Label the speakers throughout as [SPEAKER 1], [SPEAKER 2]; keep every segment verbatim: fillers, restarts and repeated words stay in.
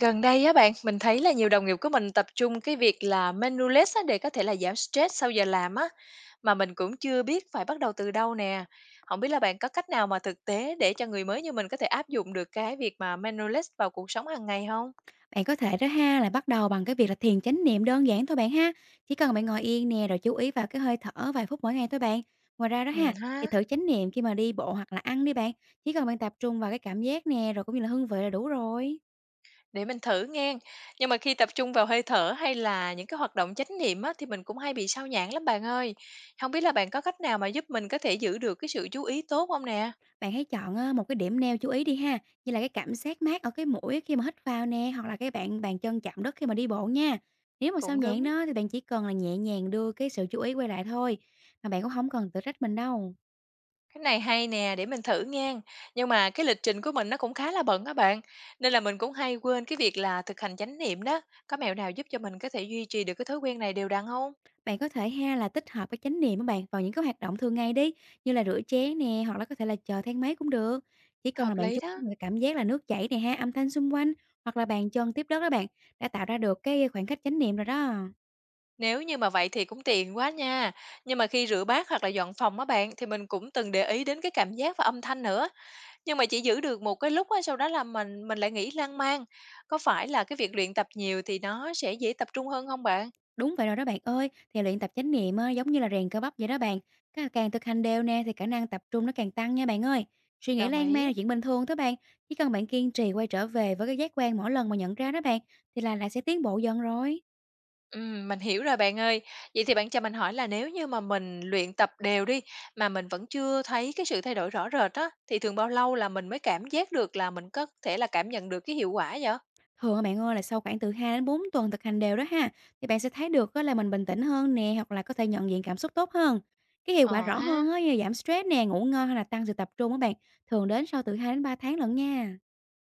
[SPEAKER 1] Gần đây á bạn, mình thấy là nhiều đồng nghiệp của mình tập trung cái việc là menu list á để có thể là giảm stress sau giờ làm á, mà mình cũng chưa biết phải bắt đầu từ đâu nè. Không biết là bạn có cách nào mà thực tế để cho người mới như mình có thể áp dụng được cái việc mà menu list vào cuộc sống hàng ngày không?
[SPEAKER 2] Bạn có thể đó ha, là bắt đầu bằng cái việc là thiền chánh niệm đơn giản thôi bạn ha. Chỉ cần bạn ngồi yên nè, rồi chú ý vào cái hơi thở vài phút mỗi ngày thôi bạn. Ngoài ra đó
[SPEAKER 1] Ừ
[SPEAKER 2] ha, thì
[SPEAKER 1] ha,
[SPEAKER 2] thử chánh niệm khi mà đi bộ hoặc là ăn đi bạn. Chỉ cần bạn tập trung vào cái cảm giác nè, rồi cũng như là hương vị là đủ rồi.
[SPEAKER 1] để mình thử nghe. Nhưng mà khi tập trung vào hơi thở hay là những cái hoạt động chánh niệm á thì mình cũng hay bị sao nhãng lắm bạn ơi. Không biết là bạn có cách nào mà giúp mình có thể giữ được cái sự chú ý tốt không nè?
[SPEAKER 2] Bạn hãy chọn ờ, một cái điểm neo chú ý đi ha, như là cái cảm giác mát ở cái mũi khi mà hít vào nè, hoặc là cái bạn bàn chân chạm đất khi mà đi bộ nha. Nếu mà sao
[SPEAKER 1] Cũng
[SPEAKER 2] nhãng
[SPEAKER 1] đúng.
[SPEAKER 2] đó thì bạn chỉ cần là nhẹ nhàng đưa cái sự chú ý quay lại thôi, mà bạn cũng không cần tự trách mình đâu.
[SPEAKER 1] Cái này hay nè, để mình thử nha. Nhưng mà cái lịch trình của mình nó cũng khá là bận các bạn. Nên là mình cũng hay quên cái việc là thực hành chánh niệm đó. Có mẹo nào giúp cho mình có thể duy trì được cái thói quen này đều đặn không?
[SPEAKER 2] Bạn có thể ha, là tích hợp cái chánh niệm của bạn vào những cái hoạt động thường ngày đi, như là rửa chén nè, hoặc là có thể là chờ thang máy cũng được. Chỉ cần là
[SPEAKER 1] Hợp
[SPEAKER 2] bạn
[SPEAKER 1] lý
[SPEAKER 2] chú
[SPEAKER 1] đó.
[SPEAKER 2] ý cái cảm giác là nước chảy nè ha, âm thanh xung quanh, hoặc là bàn chân tiếp đất đó bạn, đã tạo ra được cái khoảng cách chánh niệm rồi đó.
[SPEAKER 1] Nếu như mà vậy thì cũng tiện quá nha. Nhưng mà khi rửa bát hoặc là dọn phòng á bạn thì mình cũng từng để ý đến cái cảm giác và âm thanh nữa. Nhưng mà chỉ giữ được một cái lúc á, sau đó là mình mình lại nghĩ lan man. Có phải là cái việc luyện tập nhiều thì nó sẽ dễ tập trung hơn không bạn?
[SPEAKER 2] Đúng vậy rồi đó bạn ơi, thì luyện tập chánh niệm á, giống như là rèn cơ bắp vậy đó bạn. Càng càng thực hành đều nè, thì khả năng tập trung nó càng tăng nha bạn ơi. Suy nghĩ
[SPEAKER 1] Đồng
[SPEAKER 2] lan
[SPEAKER 1] ý.
[SPEAKER 2] man là chuyện bình thường thôi bạn, chỉ cần bạn kiên trì quay trở về với cái giác quan mỗi lần mà nhận ra đó bạn, thì là là sẽ tiến bộ dần rồi.
[SPEAKER 1] Ừm, mình hiểu rồi bạn ơi. Vậy thì bạn cho mình hỏi là, nếu như mà mình luyện tập đều đi, mà mình vẫn chưa thấy cái sự thay đổi rõ rệt á, thì thường bao lâu là mình mới cảm giác được, là mình có thể là cảm nhận được cái hiệu quả vậy?
[SPEAKER 2] Thường á bạn ơi, là sau khoảng từ hai đến bốn tuần thực hành đều đó ha, thì bạn sẽ thấy được á, là mình bình tĩnh hơn nè, hoặc là có thể nhận diện cảm xúc tốt hơn. Cái hiệu quả
[SPEAKER 1] Ờ
[SPEAKER 2] rõ
[SPEAKER 1] ha,
[SPEAKER 2] hơn á, như là giảm stress nè, ngủ ngon hay là tăng sự tập trung á bạn, thường đến sau từ hai đến ba tháng lận nha.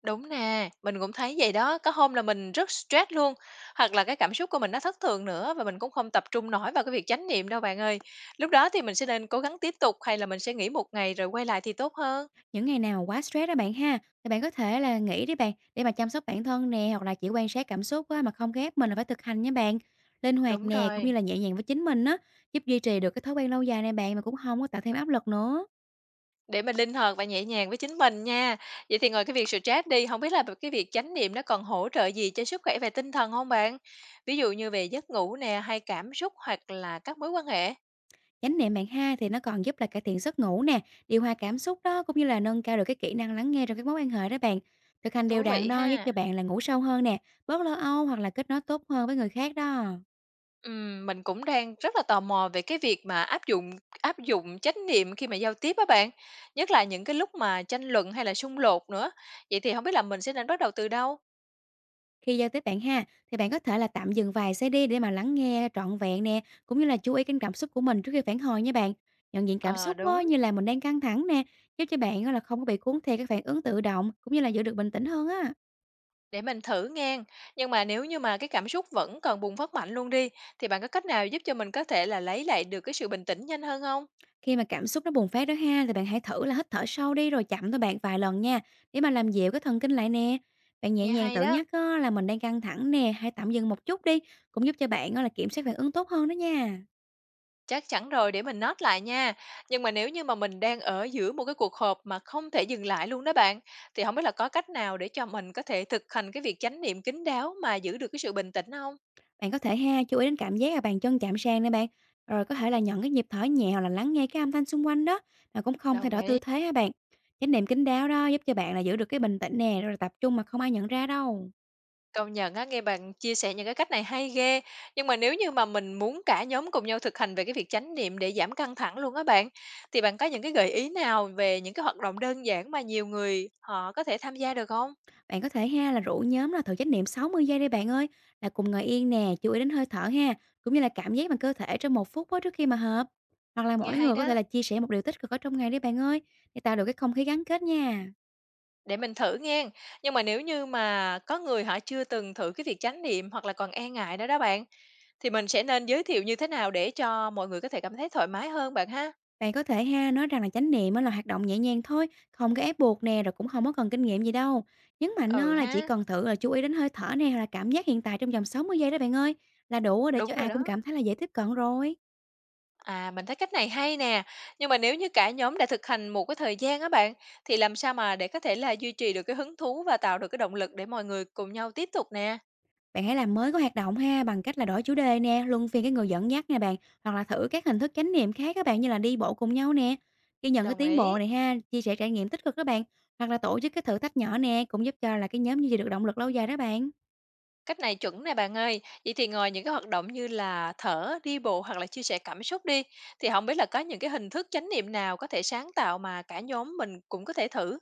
[SPEAKER 1] đúng nè, mình cũng thấy vậy đó. Có hôm là mình rất stress luôn, hoặc là cái cảm xúc của mình nó thất thường nữa, và mình cũng không tập trung nổi vào cái việc chánh niệm đâu bạn ơi. Lúc đó thì mình sẽ nên cố gắng tiếp tục, hay là mình sẽ nghỉ một ngày rồi quay lại thì tốt hơn?
[SPEAKER 2] Những ngày nào quá stress đó bạn ha, thì bạn có thể là nghỉ đi bạn, để mà chăm sóc bản thân nè, hoặc là chỉ quan sát cảm xúc á, mà không có ép mình là phải thực hành nha bạn. Linh hoạt
[SPEAKER 1] Đúng
[SPEAKER 2] nè, cũng
[SPEAKER 1] rồi.
[SPEAKER 2] như là nhẹ nhàng với chính mình á, giúp duy trì được cái thói quen lâu dài này bạn, mà cũng không có tạo thêm áp lực nữa.
[SPEAKER 1] Để mình linh hoạt và nhẹ nhàng với chính mình nha. Vậy thì ngoài cái việc stress đi, không biết là b cái việc chánh niệm nó còn hỗ trợ gì cho sức khỏe về tinh thần không bạn? Ví dụ như về giấc ngủ nè, hay cảm xúc, hoặc là các mối quan hệ?
[SPEAKER 2] Chánh niệm bạn ha, thì nó còn giúp là cải thiện giấc ngủ nè, điều hòa cảm xúc đó, cũng như là nâng cao được cái kỹ năng lắng nghe trong các mối quan hệ đó bạn. Thực hành đều
[SPEAKER 1] Thú vị
[SPEAKER 2] đặn đó giúp
[SPEAKER 1] ha.
[SPEAKER 2] cho bạn là ngủ sâu hơn nè, bớt lo âu, hoặc là kết nối tốt hơn với người khác đó.
[SPEAKER 1] Ừm, mình cũng đang rất là tò mò về cái việc mà áp dụng áp dụng chánh niệm khi mà giao tiếp á bạn, nhất là những cái lúc mà tranh luận hay là xung đột nữa. Vậy thì không biết là mình sẽ nên bắt đầu từ đâu?
[SPEAKER 2] Khi giao tiếp bạn ha, thì bạn có thể là tạm dừng vài giây đi, để mà lắng nghe trọn vẹn nè, cũng như là chú ý đến cảm xúc của mình trước khi phản hồi nha bạn. Nhận diện cảm
[SPEAKER 1] Ờ,
[SPEAKER 2] xúc đó,
[SPEAKER 1] đúng.
[SPEAKER 2] như là mình đang căng thẳng nè, giúp cho bạn á là không có bị cuốn theo các phản ứng tự động, cũng như là giữ được bình tĩnh hơn á.
[SPEAKER 1] Để mình thử nghen, nhưng mà nếu như mà cái cảm xúc vẫn còn bùng phát mạnh luôn đi, thì bạn có cách nào giúp cho mình có thể là lấy lại được cái sự bình tĩnh nhanh hơn không?
[SPEAKER 2] Khi mà cảm xúc nó bùng phát đó ha, thì bạn hãy thử là hít thở sâu đi, rồi chậm thôi bạn vài lần nha, để mà làm dịu cái thần kinh lại nè. Bạn nhẹ
[SPEAKER 1] Nghe
[SPEAKER 2] nhàng
[SPEAKER 1] hay
[SPEAKER 2] tự
[SPEAKER 1] đó,
[SPEAKER 2] nhắc á, là mình đang căng thẳng nè, hãy tạm dừng một chút đi, cũng giúp cho bạn á, là kiểm soát phản ứng tốt hơn đó nha.
[SPEAKER 1] chắc chắn rồi, để mình note lại nha. Nhưng mà nếu như mà mình đang ở giữa một cái cuộc họp mà không thể dừng lại luôn đó bạn, thì không biết là có cách nào để cho mình có thể thực hành cái việc chánh niệm kín đáo mà giữ được cái sự bình tĩnh không?
[SPEAKER 2] Bạn có thể ha, chú ý đến cảm giác là bàn chân chạm sàn nè bạn, rồi có thể là nhận cái nhịp thở nhẹ, hoặc là lắng nghe cái âm thanh xung quanh đó, mà cũng không thay
[SPEAKER 1] Đồng
[SPEAKER 2] đổi
[SPEAKER 1] ý.
[SPEAKER 2] tư thế ha bạn. Chánh niệm kín đáo đó giúp cho bạn là giữ được cái bình tĩnh nè, rồi tập trung mà không ai nhận ra đâu.
[SPEAKER 1] Công nhận á, nghe bạn chia sẻ những cái cách này hay ghê. Nhưng mà nếu như mà mình muốn cả nhóm cùng nhau thực hành về cái việc chánh niệm để giảm căng thẳng luôn á bạn, thì bạn có những cái gợi ý nào về những cái hoạt động đơn giản mà nhiều người họ có thể tham gia được không?
[SPEAKER 2] Bạn có thể ha, là rủ nhóm là thử chánh niệm sáu mươi giây đi bạn ơi, là cùng ngồi yên nè, chú ý đến hơi thở ha, cũng như là cảm giác bằng cơ thể trong một phút đó trước khi mà hợp. Hoặc là
[SPEAKER 1] Nghe
[SPEAKER 2] mỗi
[SPEAKER 1] hay
[SPEAKER 2] người có thể
[SPEAKER 1] đó,
[SPEAKER 2] là chia sẻ một điều tích cực ở trong ngày đi bạn ơi, để tạo được cái không khí gắn kết nha.
[SPEAKER 1] để mình thử nghe. Nhưng mà nếu như mà có người họ chưa từng thử cái việc chánh niệm hoặc là còn e ngại đó đó bạn, thì mình sẽ nên giới thiệu như thế nào để cho mọi người có thể cảm thấy thoải mái hơn bạn ha?
[SPEAKER 2] Bạn có thể ha, nói rằng là chánh niệm á là hoạt động nhẹ nhàng thôi, không có ép buộc nè, rồi cũng không có cần kinh nghiệm gì đâu. Nhấn mạnh
[SPEAKER 1] Ừ
[SPEAKER 2] á, là chỉ
[SPEAKER 1] ha,
[SPEAKER 2] cần thử là chú ý đến hơi thở nè, hoặc là cảm giác hiện tại trong vòng sáu mươi giây đó bạn ơi, là đủ để cho
[SPEAKER 1] đúng rồi
[SPEAKER 2] ai cũng
[SPEAKER 1] đó.
[SPEAKER 2] cảm thấy là dễ tiếp cận rồi.
[SPEAKER 1] À, mình thấy cách này hay nè. Nhưng mà nếu như cả nhóm đã thực hành một cái thời gian á bạn, thì làm sao mà để có thể là duy trì được cái hứng thú và tạo được cái động lực để mọi người cùng nhau tiếp tục nè?
[SPEAKER 2] Bạn hãy làm mới cái hoạt động ha, bằng cách là đổi chủ đề nè, luân phiên cái người dẫn dắt nè bạn, hoặc là thử các hình thức chánh niệm khác các bạn, như là đi bộ cùng nhau nè. Ghi nhận cái
[SPEAKER 1] Đồng
[SPEAKER 2] tiến
[SPEAKER 1] ý.
[SPEAKER 2] bộ này ha, chia sẻ trải nghiệm tích cực các bạn, hoặc là tổ chức cái thử thách nhỏ nè, cũng giúp cho là cái nhóm duy trì được động lực lâu dài đó bạn.
[SPEAKER 1] Cách này chuẩn nè bạn ơi. Vậy thì ngoài những cái hoạt động như là thở, đi bộ hoặc là chia sẻ cảm xúc đi, thì không biết là có những cái hình thức chánh niệm nào có thể sáng tạo mà cả nhóm mình cũng có thể thử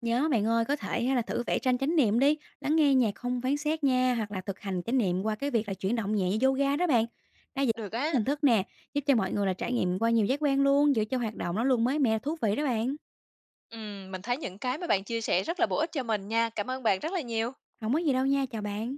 [SPEAKER 2] Nhớ bạn ơi, có thể ha là thử vẽ tranh chánh niệm đi, lắng nghe nhạc không phán xét nha, hoặc là thực hành chánh niệm qua cái việc là chuyển động nhẹ như yoga đó bạn. Đa dạng
[SPEAKER 1] được á.
[SPEAKER 2] hình thức nè, giúp cho mọi người là trải nghiệm qua nhiều giác quan luôn, giữ cho hoạt động nó luôn mới mẻ thú vị đó bạn.
[SPEAKER 1] Ừ, mình thấy những cái mà bạn chia sẻ rất là bổ ích cho mình nha. Cảm ơn bạn rất là nhiều.
[SPEAKER 2] Không có gì đâu nha, chào bạn.